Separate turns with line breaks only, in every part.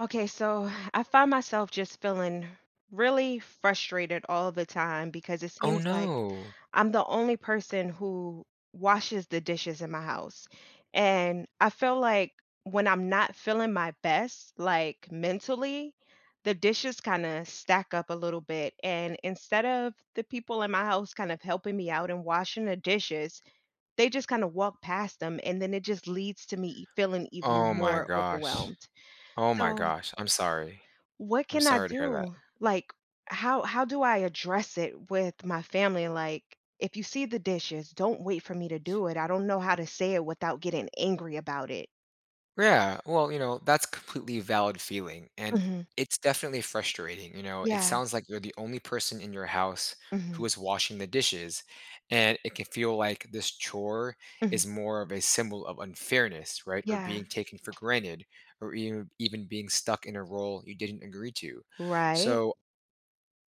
Okay, so I find myself just feeling really frustrated all the time because it
Oh,
seems like
no.
I'm the only person who washes the dishes in my house. And I feel like when I'm not feeling my best, like mentally, the dishes kind of stack up a little bit. And instead of the people in my house kind of helping me out and washing the dishes, they just kind of walk past them. And then it just leads to me feeling even
Oh my
more
gosh.
overwhelmed.
Oh my
So,
gosh. I'm sorry.
what
I'm
can I
sorry to hear that.
do? Like, how do I address it with my family? Like, if you see the dishes, don't wait for me to do it. I don't know how to say it without getting angry about it.
Yeah. Well, you know, that's completely valid feeling. And
Mhm.
it's definitely frustrating. You know, it
Yeah.
sounds like you're the only person in your house who
Mhm.
is washing the dishes. And it can feel like this chore
Mhm.
is more of a symbol of unfairness, right? Or
Yeah.
being taken for granted, or even being stuck in a role you didn't agree to.
Right.
So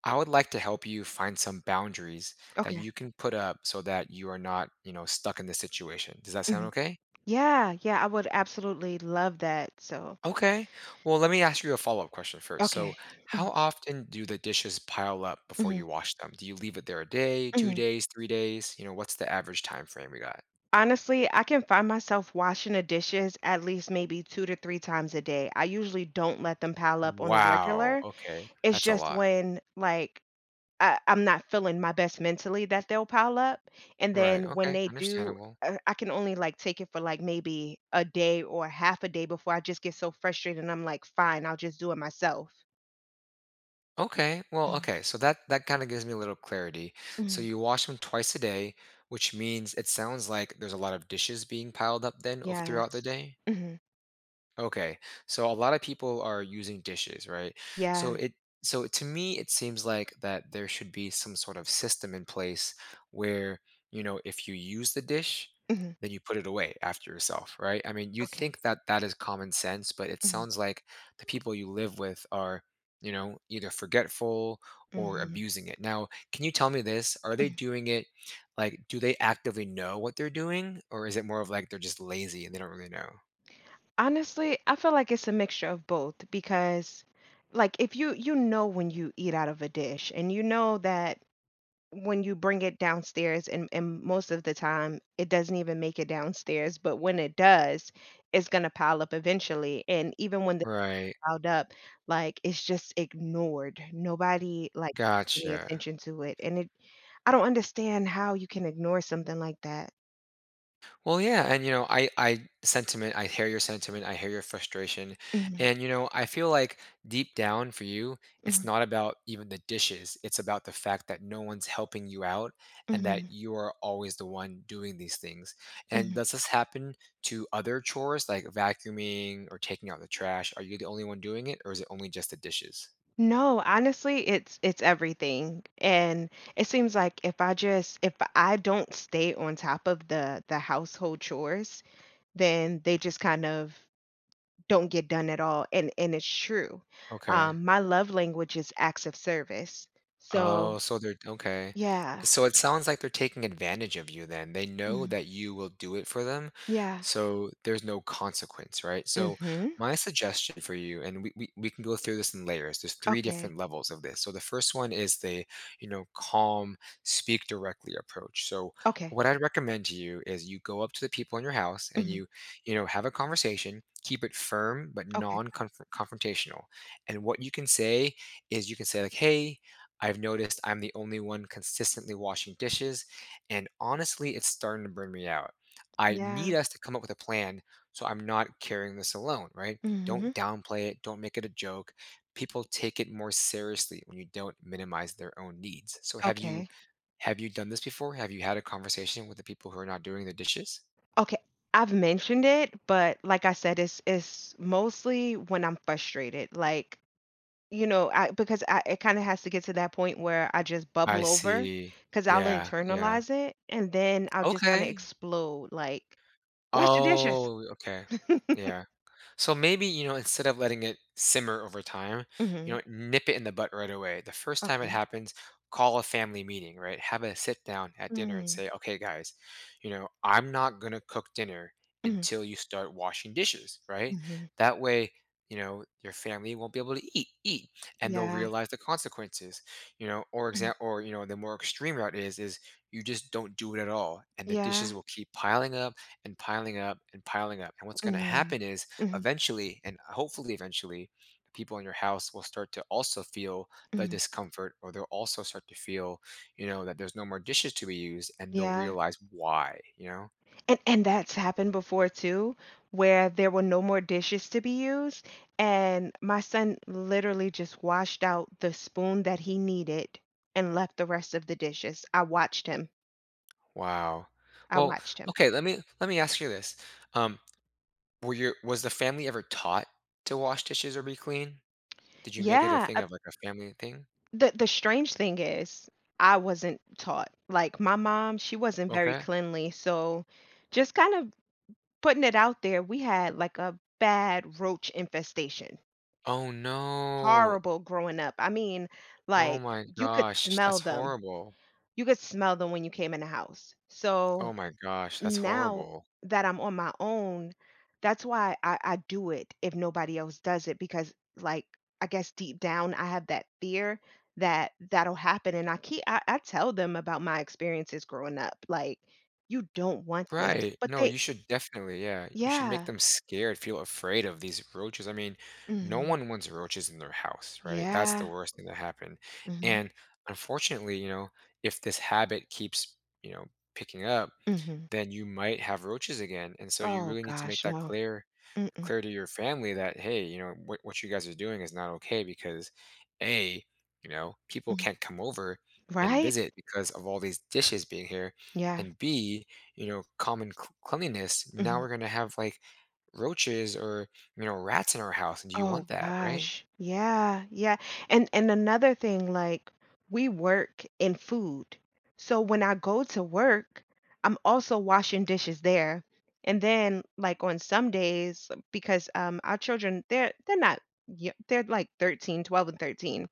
I would like to help you find some boundaries that
Okay.
you can put up so that you are not, you know, stuck in this situation. Does that sound
Mhm.
okay?
Yeah, yeah, I would absolutely love that. So,
Okay. Well, let me ask you a follow-up question first.
okay.
So, how often do the dishes pile up before
Mhm.
you wash them? Do you leave it there a day, 2
Mhm.
days, 3 days? You know, what's the average time frame we got?
Honestly, I can find myself washing the dishes at least maybe 2 to 3 times a day. I usually don't let them pile up on a
Wow.
regular.
Okay.
It's
That's a
just
lot.
when, like, I'm not feeling my best mentally that they'll pile up, and
Right.
then when
Okay.
they do,
Understandable.
I can only, like, take it for, like, maybe a day or half a day before I just get so frustrated and I'm like, "Fine, I'll just do it myself."
Okay. Well,
Mhm,
okay. So that kind of gives me a little clarity. So
mhm,
you wash them twice a day, which means it sounds like there's a lot of dishes being piled up then of throughout the
yes.
day.
Mhm,
Okay. So a lot of people are using dishes, right? So
yeah,
it so to me it seems like that there should be some sort of system in place where, you know, if you use the dish,
mhm,
then you put it away after yourself, right? I mean, you
okay,
think that that is common sense, but it
mhm,
sounds like the people you live with are, you know, either forgetful or
mhm,
abusing it. Now, can you tell me this? Are they
mhm.
doing it like do they actively know what they're doing or is it more of like they're just lazy and they don't really know?
Honestly, I feel like it's a mixture of both because, like, if you you know when you eat out of a dish, and you know that. When you bring it downstairs, and most of the time, it doesn't even make it downstairs, but when it does, it's gonna pile up eventually, and even when they
Right.
piled up, like, it's just ignored. Nobody, like, any
Gotcha.
attention to it, and it I don't understand how you can ignore something like that.
Well, yeah, and you know, I hear your sentiment, I hear your frustration.
Mhm,
And you know, I feel like deep down for you, it's
mhm,
not about even the dishes. It's about the fact that no one's helping you out and that
mhm,
you are always the one doing these things. And
mhm.
does this happen to other chores like vacuuming or taking out the trash? Are you the only one doing it or is it only just the dishes?
No, honestly, it's everything, and it seems like if I don't stay on top of the household chores, then they just kind of don't get done at all, and it's true.
Okay.
My love language is acts of service. So
Oh, so they're okay.
yeah.
So it sounds like they're taking advantage of you then. They know
Mhm.
that you will do it for them,
Yeah.
so there's no consequence, right? So
Mhm.
my suggestion for you, and we can go through this in layers. There's three
Okay.
different levels of this. So the first one is the, you know, calm, speak directly approach. So
Okay.
what I'd recommend to you is you go up to the people in your house and
Mhm.
you know, have a conversation, keep it firm but
Okay.
non-confrontational. And what you can say is you can say like, hey, I've noticed I'm the only one consistently washing dishes, and honestly, it's starting to burn me out. I need
Yeah.
us to come up with a plan so I'm not carrying this alone, right?
Mhm.
Don't downplay it, don't make it a joke. People take it more seriously when you don't minimize their own needs. So have you
Okay.
have you done this before? Have you had a conversation with the people who are not doing the dishes?
Okay. I've mentioned it, but like I said, it's mostly when I'm frustrated. Like, you know, I because I it kind of has to get to that point where I just
I
bubble over
see.
because I'll
Yeah.
internalize it and then I'll just kind of
Okay.
explode. Like, "Wash the dishes."
Oh, okay. Yeah. So maybe, you know, instead of letting it simmer over time, you
Mhm.
know, nip it in the butt right away. The first time it
Okay.
happens, call a family meeting, right? Have a sit down at dinner and
Mm.
say, okay, guys, you know, I'm not going to cook dinner
Mhm.
until you start washing dishes, right?
Mhm.
That way, you know, your family won't be able to eat, and they'll
Yeah.
realize the consequences, you know, or
Mm.
exam, or, you know, the more extreme route is you just don't do it at all. And the
Yeah.
dishes will keep piling up and piling up and piling up. And what's going to
Mm.
happen is
Mhm.
eventually and hopefully eventually the people in your house will start to also feel the
Mhm.
discomfort or they'll also start to feel you know that there's no more dishes to be used and they'll
Yeah.
realize why you know.
And that's happened before too, where there were no more dishes to be used, and my son literally just washed out the spoon that he needed and left the rest of the dishes. I watched him.
Wow.
I
Well,
watched him.
okay. Let me ask you this. um were your was the family ever taught to wash dishes or be clean? Did you make it a
Yeah.
thing of like a family thing?
The strange thing is, I wasn't taught. Like, my mom, she wasn't very
Okay.
cleanly, so just kind of putting it out there, we had, like, a bad roach infestation.
Oh no.
Horrible growing up. I mean,
Oh
like,
my
you could
gosh,
smell
that's
them.
horrible.
You could smell them when you came in the house. So
Oh my gosh, that's
now
horrible.
that I'm on my own, that's why I do it if nobody else does it, because like I guess deep down I have that fear that that'll happen, and I tell them about my experiences growing up, like, you don't want this,
Right.
but
No,
they
you should definitely, yeah. You should make
yeah,
them scared, feel afraid of these roaches. I mean, no
mhm,
one wants roaches in their house, right? That's the
yeah,
worst thing that happened.
mhm,
And unfortunately, you know, if this habit keeps, you know, picking up,
mhm.
then you might have roaches again. And so you
Oh
really need to make
gosh,
that
no.
clear
Mm-mm.
clear to your family that hey, you know, what you guys are doing is not okay because a, you know, people
Mm,
can't come over and
right,
visit because of all these dishes being here
yeah,
and b, you know, common cleanliness. Now
mm-hmm.
we're going to have like roaches or, you know, rats in our house. And do you
Oh
want that, right?
gosh. Yeah, yeah. And another thing, like, we work in food. So when I go to work, I'm also washing dishes there. And then like on some days, because our children, they're not, they're like 13, 12, and 13.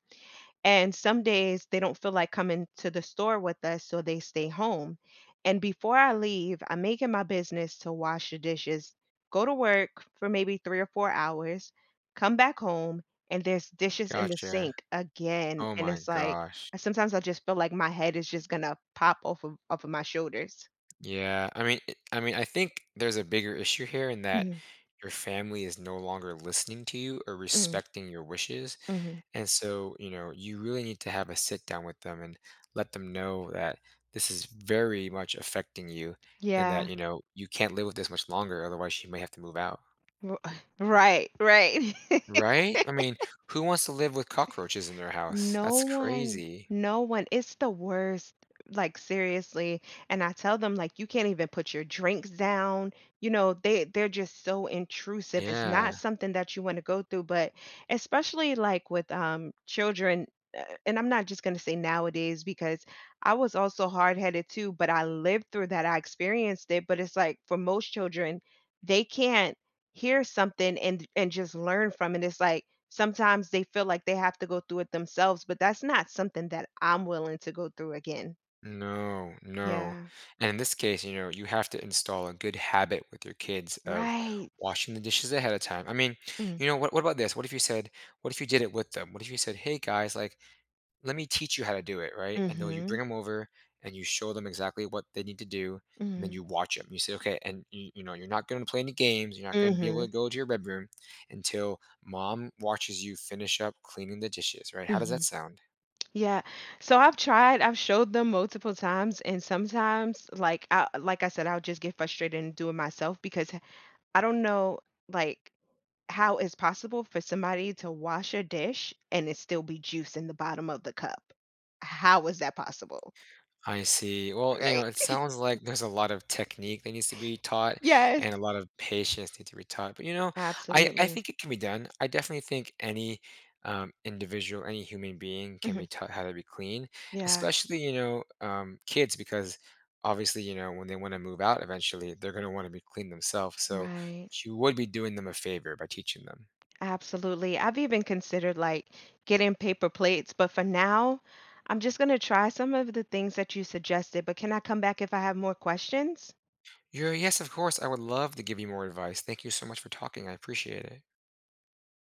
And some days they don't feel like coming to the store with us, so they stay home. And before I leave, I make it my business to wash the dishes, go to work for maybe 3 or 4 hours, come back home, and there's dishes in the
Gotcha.
sink again.
Oh
And
my
it's like,
gosh.
sometimes I just feel like my head is just gonna pop off of my shoulders.
Yeah, I mean, it- I mean, I think there's a bigger issue here in that
Mm,
your family is no longer listening to you or
mm,
respecting your wishes.
mhm.
And so, you know, you really need to have a sit down with them and let them know that this is very much affecting you and that,
Yeah.
you know, you can't live with this much longer, otherwise you may have to move out.
r- Right, right.
Right? I mean, who wants to live with cockroaches in their house?
No
That's
one,
crazy.
no one. It's the worst. Like, seriously, and I tell them, like, you can't even put your drinks down. You know, they're just so intrusive. It's not
Yeah.
something that you want to go through, but especially like with children, and I'm not just going to say nowadays because I was also hard-headed too, but I lived through that. I experienced it, but it's like for most children, they can't hear something and just learn from it. It's like, sometimes they feel like they have to go through it themselves, but that's not something that I'm willing to go through again.
No, no.
Yeah.
And in this case, you know, you have to install a good habit with your kids of
Right.
washing the dishes ahead of time. I mean,
Mm.
you know, what about this? What if you said, what if you did it with them? What if you said, "Hey guys, like let me teach you how to do it," right? And then you bring
Mhm.
them over and you show them exactly what they need to do, and then
Mhm.
you watch them. You say, "Okay, and you know, you're not going to play any games. You're not going to be able
Mhm.
to go to your bedroom until mom watches you finish up cleaning the dishes," right? How does that
Mhm.
sound?
Yeah. So I've tried, I've showed them multiple times, and sometimes, like I said, I'll just get frustrated and do it myself, because I don't know like how it's possible for somebody to wash a dish and it still be juice in the bottom of the cup. How is that possible?
I see. Well, you
Right?
know, it sounds like there's a lot of technique that needs to be taught
Yes.
and a lot of patience needs to be taught. But you know, I
Absolutely.
think it can be done. I definitely think any individual, any human being can be
Mhm.
taught how to be clean,
Yeah,
especially, you know, kids, because obviously, you know, when they want to move out eventually, they're going to want to be clean themselves. So
right.
you would be doing them a favor by teaching them.
Absolutely. I've even considered like getting paper plates, but for now, I'm just going to try some of the things that you suggested. But can I come back if I have more questions?
You Yes, of course, I would love to give you more advice. Thank you so much for talking. I appreciate it.